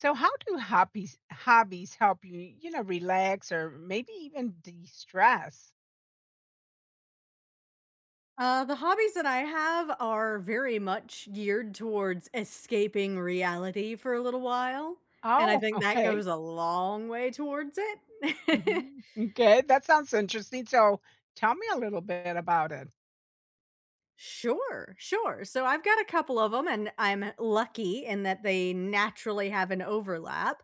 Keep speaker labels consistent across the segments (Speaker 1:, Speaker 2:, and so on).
Speaker 1: So how do hobbies help you, you know, relax or maybe even de-stress?
Speaker 2: The hobbies that I have are very much geared towards escaping reality for a little while, and I
Speaker 1: Oh,
Speaker 2: think that
Speaker 1: okay.
Speaker 2: goes a long way towards it.
Speaker 1: Mhm. M'kay, that sounds interesting. So tell me a little bit about it.
Speaker 2: Sure, sure. So I've got a couple of them, and I'm lucky in that they naturally have an overlap.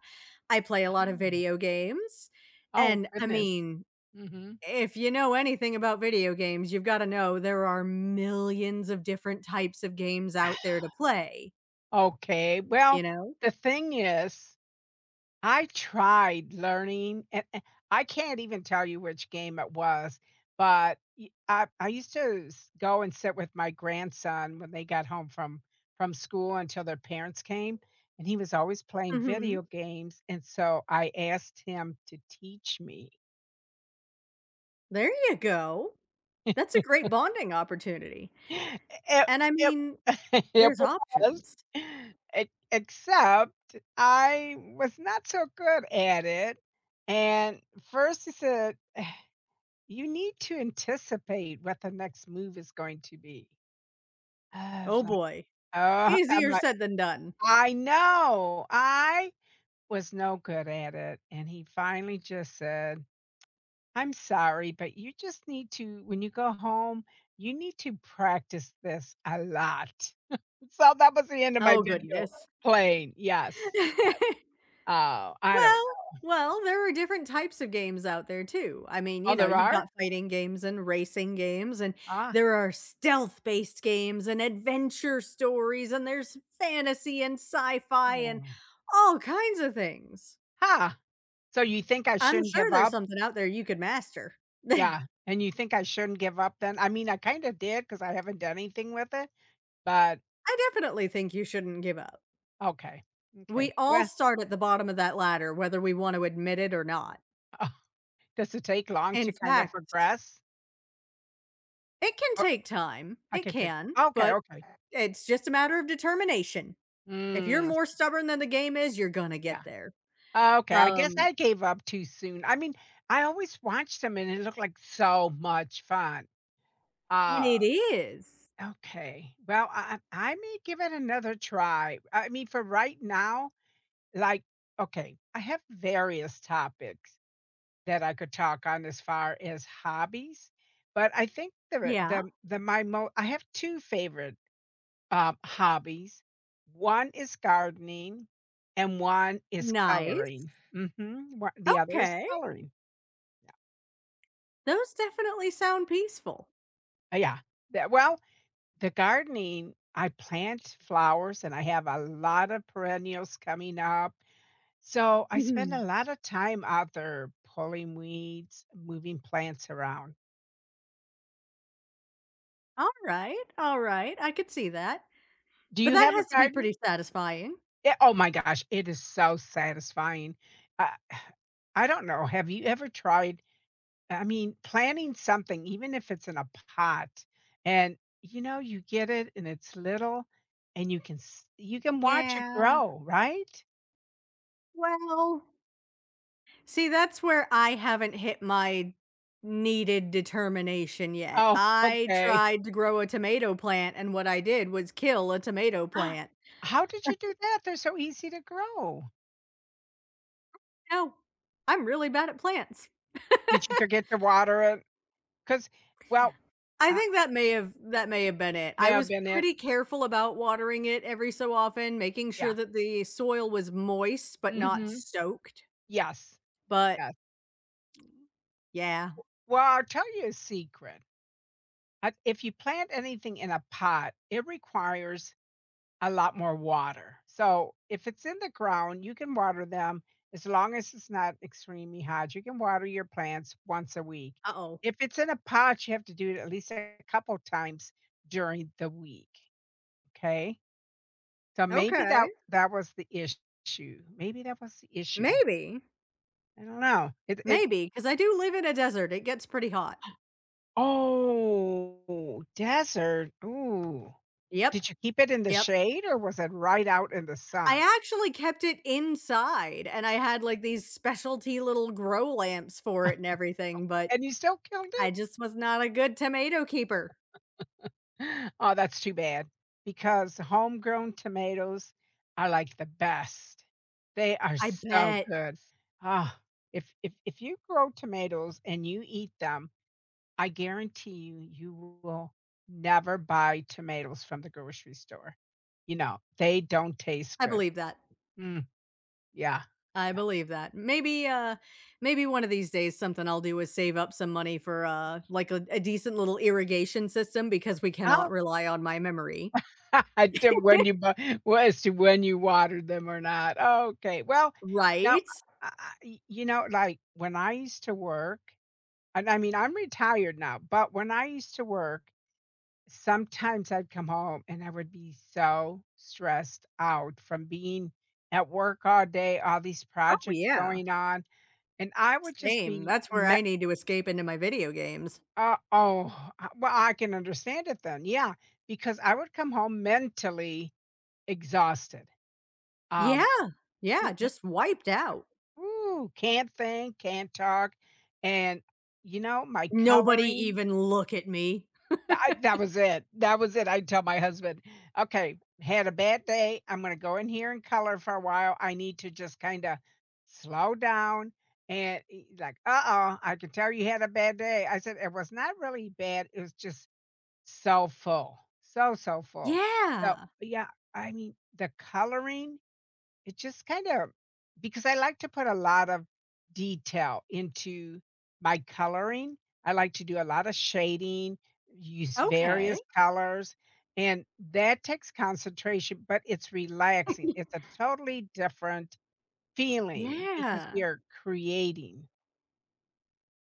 Speaker 2: I play a lot of
Speaker 1: Oh.
Speaker 2: video games,
Speaker 1: Oh,
Speaker 2: and I
Speaker 1: goodness.
Speaker 2: mean,
Speaker 1: Mhm.
Speaker 2: if you know anything about video games, you've got to know there are millions of different types of games out there to play,
Speaker 1: Okay.
Speaker 2: you
Speaker 1: Well,
Speaker 2: know?
Speaker 1: the thing is I tried learning, and I can't even tell you which game it was, but y I used to s go and sit with my grandson when they got home from school until their parents came, and he was always playing
Speaker 2: Mhm.
Speaker 1: video games, and so I asked him to teach me.
Speaker 2: There you go. That's a great bonding opportunity.
Speaker 1: It
Speaker 2: And I
Speaker 1: it
Speaker 2: mean,
Speaker 1: it
Speaker 2: there's
Speaker 1: was,
Speaker 2: options.
Speaker 1: e except I was not so good at it, and first he said, "You need to anticipate what the next move is going to be." I
Speaker 2: Oh
Speaker 1: was like,
Speaker 2: boy.
Speaker 1: "Oh," I'm
Speaker 2: Easier
Speaker 1: like,
Speaker 2: said than done.
Speaker 1: "I know, I was no good at it," and he finally just said, "I'm sorry, but you just need to, when you go home, you need to practice this a lot." So that was the end of my
Speaker 2: Oh
Speaker 1: video
Speaker 2: goodness.
Speaker 1: playing, yes. Oh, I don't
Speaker 2: Well,
Speaker 1: know.
Speaker 2: well, there are different types of games out there too. I mean, you
Speaker 1: Oh,
Speaker 2: know,
Speaker 1: there
Speaker 2: you've
Speaker 1: are?
Speaker 2: got fighting games and racing games, and
Speaker 1: Ah,
Speaker 2: there are stealth based games and adventure stories, and there's fantasy and sci fi and
Speaker 1: oh.
Speaker 2: all kinds of things.
Speaker 1: Huh. So you think I
Speaker 2: I'm
Speaker 1: shouldn't
Speaker 2: sure
Speaker 1: give
Speaker 2: there's
Speaker 1: up?
Speaker 2: something out there you could master.
Speaker 1: Yeah, and you think I shouldn't give up then? I mean, I kinda did because I haven't done anything with it, but
Speaker 2: I definitely think you shouldn't give up.
Speaker 1: okay,
Speaker 2: We
Speaker 1: okay.
Speaker 2: all
Speaker 1: Well,
Speaker 2: start at the bottom of that ladder, whether we want to admit it or not.
Speaker 1: does it take long
Speaker 2: In
Speaker 1: to kind of
Speaker 2: fact,
Speaker 1: progress?
Speaker 2: it can
Speaker 1: Or
Speaker 2: take time.
Speaker 1: I
Speaker 2: It
Speaker 1: can take
Speaker 2: can,
Speaker 1: that, okay,
Speaker 2: but
Speaker 1: okay.
Speaker 2: it's just a matter of determination. If you're
Speaker 1: Mm,
Speaker 2: more stubborn than the game is, you're gonna
Speaker 1: yeah.
Speaker 2: get there.
Speaker 1: Okay, I guess
Speaker 2: Um,
Speaker 1: I gave up too soon. I mean, I always watched them and it looked like so much fun.
Speaker 2: and
Speaker 1: Uh,
Speaker 2: it is.
Speaker 1: okay. Well, I may give it another try. I mean, for right now, like, okay, I have various topics that I could talk on as far as hobbies, but I think
Speaker 2: Yeah.
Speaker 1: the my mo I have 2 favorite, hobbies. One is gardening and one is
Speaker 2: Nice.
Speaker 1: coloring. Mhm, the other is
Speaker 2: Okay.
Speaker 1: coloring.
Speaker 2: Those definitely sound peaceful.
Speaker 1: Yeah. The well, the gardening, I plant flowers and I have a lot of perennials coming up, so I spend
Speaker 2: Mhm.
Speaker 1: a lot of time out there pulling weeds, moving plants around.
Speaker 2: All right. All right. I could see that.
Speaker 1: Do
Speaker 2: But
Speaker 1: you
Speaker 2: that
Speaker 1: have a
Speaker 2: has to be
Speaker 1: garden?
Speaker 2: pretty satisfying.
Speaker 1: Yeah, oh my gosh, it is so satisfying. I I don't know, have you ever tried, I mean, planting something, even if it's in a pot, and, you know, you get it and it's little and you can s you can watch it
Speaker 2: Yeah.
Speaker 1: grow, right?
Speaker 2: Well, see, that's where I haven't hit my needed determination yet.
Speaker 1: Oh,
Speaker 2: I
Speaker 1: okay.
Speaker 2: tried to grow a tomato plant, and what I did was kill a tomato plant.
Speaker 1: How did you do that? They're so easy to grow.
Speaker 2: No, I'm really bad at plants.
Speaker 1: Did you forget to water it? Because, well,
Speaker 2: I
Speaker 1: uh,
Speaker 2: think that may have been it.
Speaker 1: may
Speaker 2: I
Speaker 1: have
Speaker 2: was
Speaker 1: been it.
Speaker 2: pretty careful about watering it every so often, making sure
Speaker 1: Yeah.
Speaker 2: that the soil was moist but not
Speaker 1: Mhm.
Speaker 2: soaked.
Speaker 1: Yes.
Speaker 2: But
Speaker 1: Yes.
Speaker 2: yeah.
Speaker 1: Well, I'll tell you a secret. I If you plant anything in a pot, it requires a lot more water. So if it's in the ground, you can water them as long as it's not extremely hot. You can water your plants once a week.
Speaker 2: Uh-oh.
Speaker 1: If it's in a pot, you have to do it at least a couple times during the week. Okay. So maybe that
Speaker 2: Okay.
Speaker 1: that was the issue. Maybe that was the issue.
Speaker 2: Maybe.
Speaker 1: I don't know. It
Speaker 2: Maybe, because I do live in a desert. It gets pretty hot.
Speaker 1: Oh, desert. Ooh.
Speaker 2: Yep.
Speaker 1: Did you keep it in the
Speaker 2: Yep.
Speaker 1: shade or was it right out in the sun?
Speaker 2: I actually kept it inside, and I had, like, these specialty little grow lamps for it and everything, but
Speaker 1: And you still killed
Speaker 2: I
Speaker 1: it?
Speaker 2: just was not a good tomato keeper.
Speaker 1: Oh, that's too bad because homegrown tomatoes are like the best. They are
Speaker 2: I
Speaker 1: so
Speaker 2: bet.
Speaker 1: good. Ah, if you grow tomatoes and you eat them, I guarantee you will never buy tomatoes from the grocery store. You know, they don't taste
Speaker 2: I
Speaker 1: good.
Speaker 2: believe that.
Speaker 1: Mm, yeah.
Speaker 2: I
Speaker 1: Yeah.
Speaker 2: believe that. Maybe, maybe one of these days, something I'll do is save up some money for, like, a decent little irrigation system because we cannot
Speaker 1: Oh,
Speaker 2: rely on my memory.
Speaker 1: To when you bu well, as to when you watered them or not. Okay. Well, now,
Speaker 2: Right?
Speaker 1: I y you know, like, when I used to work, and I mean, I'm retired now, but when I used to work, sometimes I'd come home and I would be so stressed out from being at work all day, all these
Speaker 2: Oh,
Speaker 1: projects
Speaker 2: yeah.
Speaker 1: going on, and I would just
Speaker 2: Same.
Speaker 1: be
Speaker 2: That's where
Speaker 1: me.
Speaker 2: I need to escape into my video games.
Speaker 1: Oh, well, I can understand it then, yeah, because I would come home mentally exhausted,
Speaker 2: Yeah.
Speaker 1: um
Speaker 2: Yeah,
Speaker 1: It,
Speaker 2: just wiped out.
Speaker 1: ooh, can't think, can't talk, and, you know, my
Speaker 2: Nobody
Speaker 1: coloring,
Speaker 2: even look at me?
Speaker 1: that was it, that was it. I'd tell my husband, "Okay, had a bad day, I'm gonna go in here and color for a while. I need to just kinda slow down," and he's like, "Uh-oh, I can tell you had a bad day." I said, "It was not really bad, it was just so full." So,
Speaker 2: Yeah.
Speaker 1: yeah, I mean, the coloring, it just kinda, because I like to put a lot of detail into my coloring. I like to do a lot of shading, use
Speaker 2: Okay.
Speaker 1: various colors, and that takes concentration, but it's relaxing. It's a totally different feeling because
Speaker 2: Yeah.
Speaker 1: you're creating.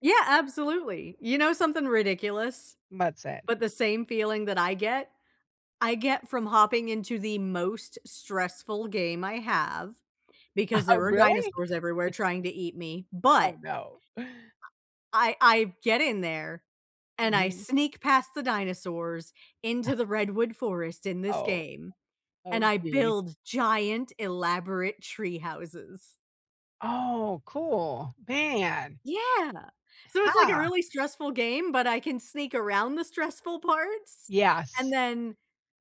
Speaker 2: Yeah, absolutely. You know something ridiculous,
Speaker 1: What's that?
Speaker 2: but the same feeling that I get from hopping into the most stressful game I have because
Speaker 1: Oh,
Speaker 2: there are
Speaker 1: really?
Speaker 2: dinosaurs everywhere trying to eat me,
Speaker 1: Oh,
Speaker 2: but
Speaker 1: no.
Speaker 2: I get in there and I
Speaker 1: Mhm.
Speaker 2: sneak past the dinosaurs into the redwood forest in this
Speaker 1: Oh.
Speaker 2: game, and
Speaker 1: Oh,
Speaker 2: I
Speaker 1: geez.
Speaker 2: build giant elaborate tree houses.
Speaker 1: Oh, cool. Man.
Speaker 2: Yeah. So
Speaker 1: Ha.
Speaker 2: it's like a really stressful game, but I can sneak around the stressful parts, and
Speaker 1: Yes.
Speaker 2: then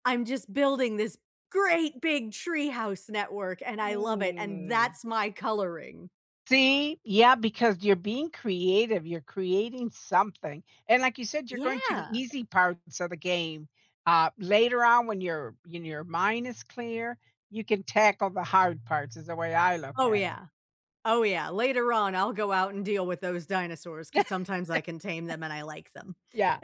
Speaker 2: I'm just building this great big treehouse network, and I love it, and
Speaker 1: Hmm.
Speaker 2: that's my coloring.
Speaker 1: See? Yeah, because you're being creative, you're creating something, and like you said, you're going to the
Speaker 2: Yeah.
Speaker 1: easy parts of the game. Later on when your mind is clear, you can tackle the hard parts is the way I look
Speaker 2: Oh,
Speaker 1: at
Speaker 2: yeah. Oh, yeah. Later on, I'll go out and deal with those dinosaurs
Speaker 1: it.
Speaker 2: because sometimes I can tame them and I like them.
Speaker 1: Yeah.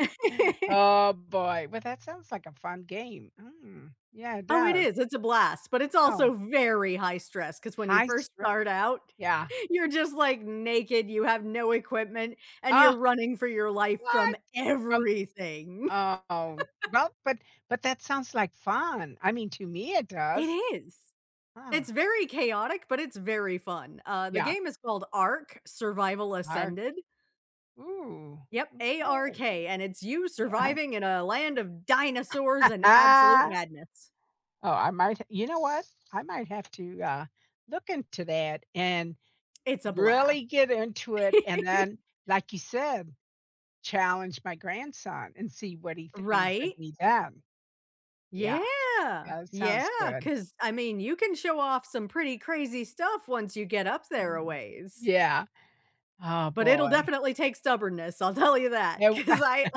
Speaker 1: Oh, boy. Well, that sounds like a fun game. Mm. Yeah, it
Speaker 2: Oh, it
Speaker 1: does.
Speaker 2: is, it's a blast, but it's
Speaker 1: Oh,
Speaker 2: also very high stress. Because when you
Speaker 1: high
Speaker 2: first
Speaker 1: stress.
Speaker 2: start out,
Speaker 1: Yeah.
Speaker 2: you're just, like, naked, you have no equipment, and
Speaker 1: Oh,
Speaker 2: you're running for your life from
Speaker 1: what? Um,
Speaker 2: everything.
Speaker 1: oh, well, but that sounds like fun. I mean, to me, it
Speaker 2: It
Speaker 1: does.
Speaker 2: is.
Speaker 1: Huh.
Speaker 2: It's very chaotic, but it's very fun. The
Speaker 1: Yeah.
Speaker 2: game is called Ark: Survival
Speaker 1: Arc,
Speaker 2: Ascended.
Speaker 1: ooh,
Speaker 2: Yep,
Speaker 1: okay,
Speaker 2: Ark, and it's you
Speaker 1: yeah.
Speaker 2: surviving in a land of dinosaurs and absolute
Speaker 1: Ah,
Speaker 2: madness.
Speaker 1: oh, I might, you know what? I might have to, look into that and
Speaker 2: It's a blast.
Speaker 1: really get into it, and then, like you said, challenge my grandson and see what he thinks of
Speaker 2: Right?
Speaker 1: me then. Yeah,
Speaker 2: Yeah,
Speaker 1: that
Speaker 2: yeah,
Speaker 1: sounds good.
Speaker 2: because I mean, you can show off some pretty crazy stuff once you get up there a
Speaker 1: Mm,
Speaker 2: ways,
Speaker 1: yeah. Oh,
Speaker 2: but it'll
Speaker 1: boy.
Speaker 2: definitely take stubbornness, I'll tell you that,
Speaker 1: You
Speaker 2: 'cause I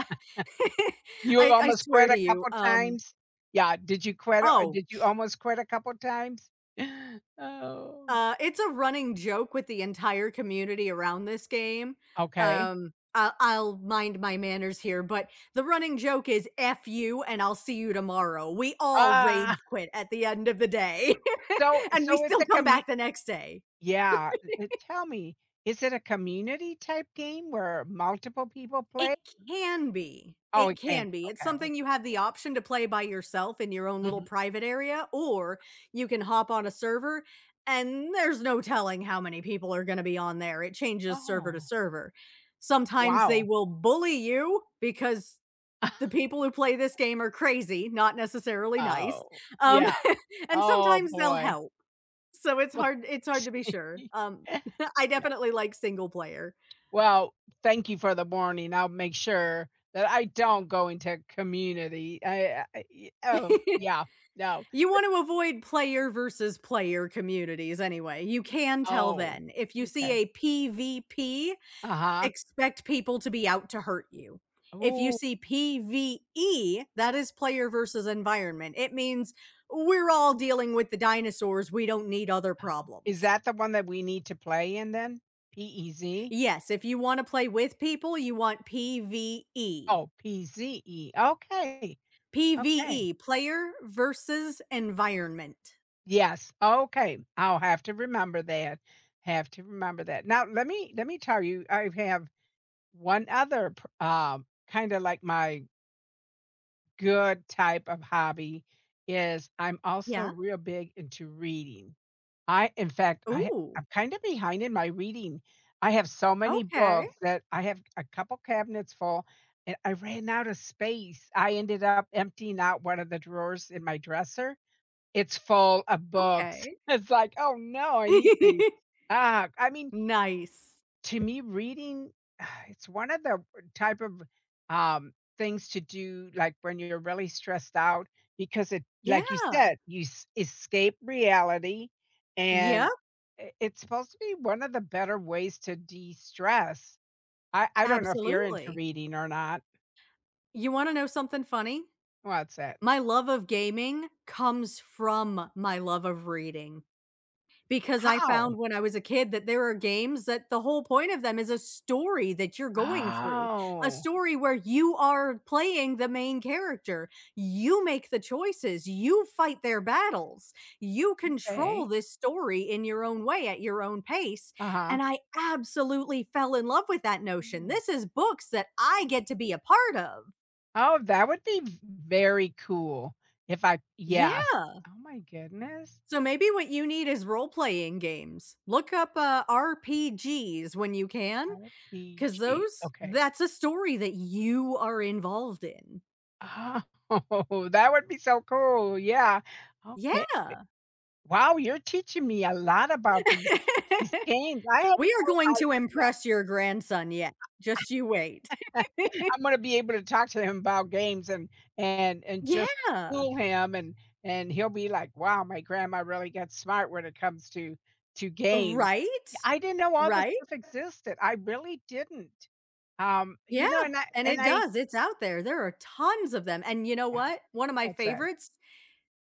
Speaker 1: you
Speaker 2: I
Speaker 1: almost
Speaker 2: swear
Speaker 1: quit
Speaker 2: to
Speaker 1: a
Speaker 2: you,
Speaker 1: couple times? Yeah, did you quit, or
Speaker 2: oh,
Speaker 1: did you almost quit a couple times? Oh,
Speaker 2: it's a running joke with the entire community around this game,
Speaker 1: okay.
Speaker 2: I'll mind my manners here, but the running joke is "F you and I'll see you tomorrow." We all rage
Speaker 1: Ah,
Speaker 2: quit at the end of the day,
Speaker 1: so
Speaker 2: and we
Speaker 1: so it's
Speaker 2: still
Speaker 1: a
Speaker 2: come
Speaker 1: commu
Speaker 2: back the next day.
Speaker 1: yeah, n tell me, is it a community type game where multiple people
Speaker 2: It
Speaker 1: play?
Speaker 2: can be.
Speaker 1: Oh,
Speaker 2: It
Speaker 1: it can
Speaker 2: can
Speaker 1: be,
Speaker 2: be. It's
Speaker 1: okay,
Speaker 2: something you have the option to play by yourself in your own
Speaker 1: okay,
Speaker 2: little
Speaker 1: mhm.
Speaker 2: private area, or you can hop on a server, and there's no telling how many people are gonna be on there. It changes server to
Speaker 1: Oh,
Speaker 2: server. Sometimes they
Speaker 1: wow.
Speaker 2: will bully you because the people who play this game are crazy, not necessarily nice,
Speaker 1: Oh,
Speaker 2: um,
Speaker 1: yeah,
Speaker 2: and
Speaker 1: oh
Speaker 2: sometimes they'll
Speaker 1: boy.
Speaker 2: help. So it's
Speaker 1: Well
Speaker 2: hard it's hard to be sure. I
Speaker 1: Yeah,
Speaker 2: definitely like single player.
Speaker 1: well, thank you for the warning, I'll make sure that I don't go into community, oh, yeah, no,
Speaker 2: You
Speaker 1: but
Speaker 2: want to avoid player versus player communities anyway. You can tell
Speaker 1: oh,
Speaker 2: then. If you see
Speaker 1: okay,
Speaker 2: a PvP,
Speaker 1: uh-huh,
Speaker 2: expect people to be out to hurt you. If you
Speaker 1: ooh.
Speaker 2: see PvE, that is player versus environment. It means we're all dealing with the dinosaurs. We don't need other
Speaker 1: Oh, is
Speaker 2: problems.
Speaker 1: that the one that we need to play in then? P-E-Z?
Speaker 2: Yes, if you want to play with people, you want PvE.
Speaker 1: Oh, P-Z-E. Okay, okay.
Speaker 2: PvE, player versus environment.
Speaker 1: Yes, okay. I'll have to remember that, have to remember that. Now let me tell you, I have one other pr kinda like my good type of hobby is I'm also
Speaker 2: Yeah.
Speaker 1: real big into reading. I In fact, I
Speaker 2: Ooh.
Speaker 1: I'm kinda behind in my reading. I have so many
Speaker 2: Okay.
Speaker 1: books that I have a couple cabinets full, and I ran out of space. I ended up emptying out one of the drawers in my dresser. It's full of books.
Speaker 2: Okay.
Speaker 1: It's like, "Oh, no, I need to." Ah, I mean,
Speaker 2: Nice.
Speaker 1: to me, reading, it's one of the type of, things to do, like, when you're really stressed out because it, like you
Speaker 2: Yeah.
Speaker 1: said, you s escape reality,
Speaker 2: Yep,
Speaker 1: and I it's supposed to be one of the better ways to de-stress. I don't know if you're into
Speaker 2: absolutely.
Speaker 1: reading or not.
Speaker 2: You wanna know something funny?
Speaker 1: What's that?
Speaker 2: My love of gaming comes from my love of reading. Because I found
Speaker 1: How?
Speaker 2: when I was a kid that there are games that the whole point of them is a story that you're going through, a
Speaker 1: Oh,
Speaker 2: story where you are playing the main character. You make the choices, you fight their battles, you control
Speaker 1: okay.
Speaker 2: this story in your own way at your own pace,
Speaker 1: Uh-huh.
Speaker 2: and I absolutely fell in love with that notion.
Speaker 1: Mm.
Speaker 2: This is books that I get to be a part of.
Speaker 1: Oh, that would be v very cool if I, yes.
Speaker 2: Yeah.
Speaker 1: Oh my goodness.
Speaker 2: So maybe what you need is role-playing games. Look up, RPGs when you can. 'Cause
Speaker 1: RPG,
Speaker 2: those
Speaker 1: okay.
Speaker 2: That's a story that you are involved in.
Speaker 1: Oh, that would be so cool, yeah. Okay.
Speaker 2: Yeah.
Speaker 1: Wow, you're teaching me a lot about these games. I had
Speaker 2: We are
Speaker 1: no
Speaker 2: going to
Speaker 1: idea.
Speaker 2: impress your grandson yet, just you wait.
Speaker 1: I'm gonna be able to talk to him about games and and just
Speaker 2: Yeah.
Speaker 1: fool him, and he'll be like, "Wow, my grandma really gets smart when it comes to games."
Speaker 2: Right?
Speaker 1: I didn't know all this
Speaker 2: Right?
Speaker 1: stuff existed. I really didn't.
Speaker 2: Yeah,
Speaker 1: You know, and I
Speaker 2: and
Speaker 1: and
Speaker 2: it
Speaker 1: I
Speaker 2: does, it's out there, there are tons of them, and you know
Speaker 1: yeah,
Speaker 2: what? One of my
Speaker 1: that's it.
Speaker 2: favorites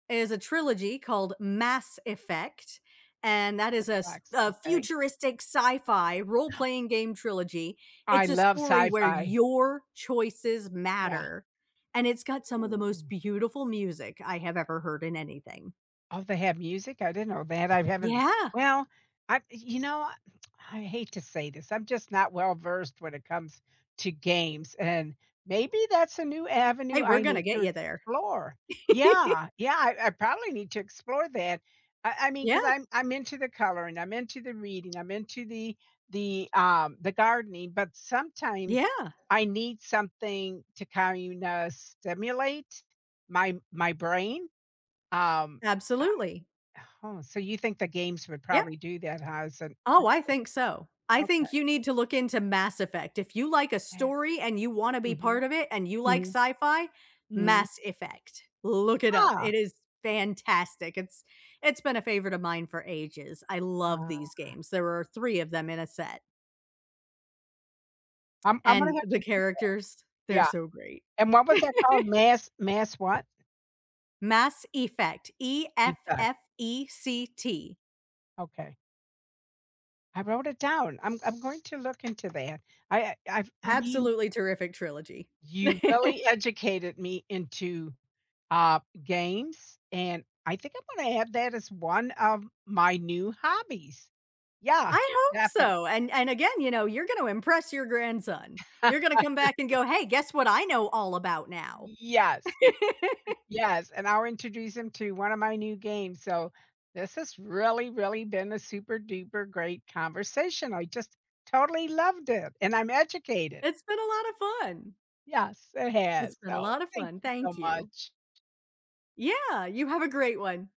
Speaker 2: is a trilogy called Mass Effect, and that
Speaker 1: That
Speaker 2: is a,
Speaker 1: sucks,
Speaker 2: a
Speaker 1: okay.
Speaker 2: futuristic sci fi role playing game trilogy.
Speaker 1: I
Speaker 2: It's a
Speaker 1: love
Speaker 2: story where
Speaker 1: sci-fi.
Speaker 2: your choices
Speaker 1: Yeah.
Speaker 2: matter, and it's got some of the most
Speaker 1: Ooh.
Speaker 2: beautiful music I have ever heard in anything.
Speaker 1: Oh, they have music? I didn't know that. I haven't,
Speaker 2: Yeah.
Speaker 1: well, I, you know, I hate to say this, I'm just not well versed when it comes to games, and maybe that's a new
Speaker 2: Hey,
Speaker 1: avenue
Speaker 2: we're
Speaker 1: I
Speaker 2: going to
Speaker 1: need
Speaker 2: get
Speaker 1: to
Speaker 2: you there.
Speaker 1: explore. Yeah, yeah, I probably need to explore that. I mean,
Speaker 2: Yeah.
Speaker 1: because I 'cause I'm into the coloring, I'm into the reading, I'm into the gardening, but sometimes
Speaker 2: Yeah.
Speaker 1: I need something to kinda stimulate my brain. Um, I
Speaker 2: Absolutely.
Speaker 1: oh, so you think the games would
Speaker 2: Yeah.
Speaker 1: probably do that, huh? It's an
Speaker 2: Oh, I think so. I
Speaker 1: okay,
Speaker 2: think you need to look into Mass Effect. If you like a
Speaker 1: yes.
Speaker 2: story and you wanna be
Speaker 1: Mhm,
Speaker 2: part of it and you like
Speaker 1: mhm,
Speaker 2: sci-fi,
Speaker 1: mhm.
Speaker 2: Mass Effect. Look it up.
Speaker 1: Ah,
Speaker 2: It is fantastic. It's been a favorite of mine for ages. I love these
Speaker 1: ah,
Speaker 2: games. There are 3 of them in a set,
Speaker 1: I'm gonna
Speaker 2: and
Speaker 1: have
Speaker 2: the
Speaker 1: to do that.
Speaker 2: characters, they're
Speaker 1: Yeah,
Speaker 2: so great.
Speaker 1: and what was that called? Mass mass what?
Speaker 2: Mass Effect,
Speaker 1: Effect,
Speaker 2: Effect.
Speaker 1: okay. I wrote it down. I'm going to look into that. I mean,
Speaker 2: Absolutely terrific trilogy.
Speaker 1: you really educated me into, games, and I think I'm gonna add that as one of my new hobbies. Yeah,
Speaker 2: I hope
Speaker 1: definitely.
Speaker 2: so, and again, you know, you're gonna impress your grandson. You're gonna come back and go, "Hey, guess what I know all about now."
Speaker 1: Yes. Yes, and I'll introduce him to one of my new games. So this has really, really been a super duper great conversation. I just totally loved it, and I'm educated.
Speaker 2: It's been a lot of fun.
Speaker 1: Yes, it
Speaker 2: It's
Speaker 1: has.
Speaker 2: been a
Speaker 1: So
Speaker 2: lot of
Speaker 1: thank
Speaker 2: fun,
Speaker 1: you so
Speaker 2: thank you.
Speaker 1: much.
Speaker 2: Yeah, you have a great one.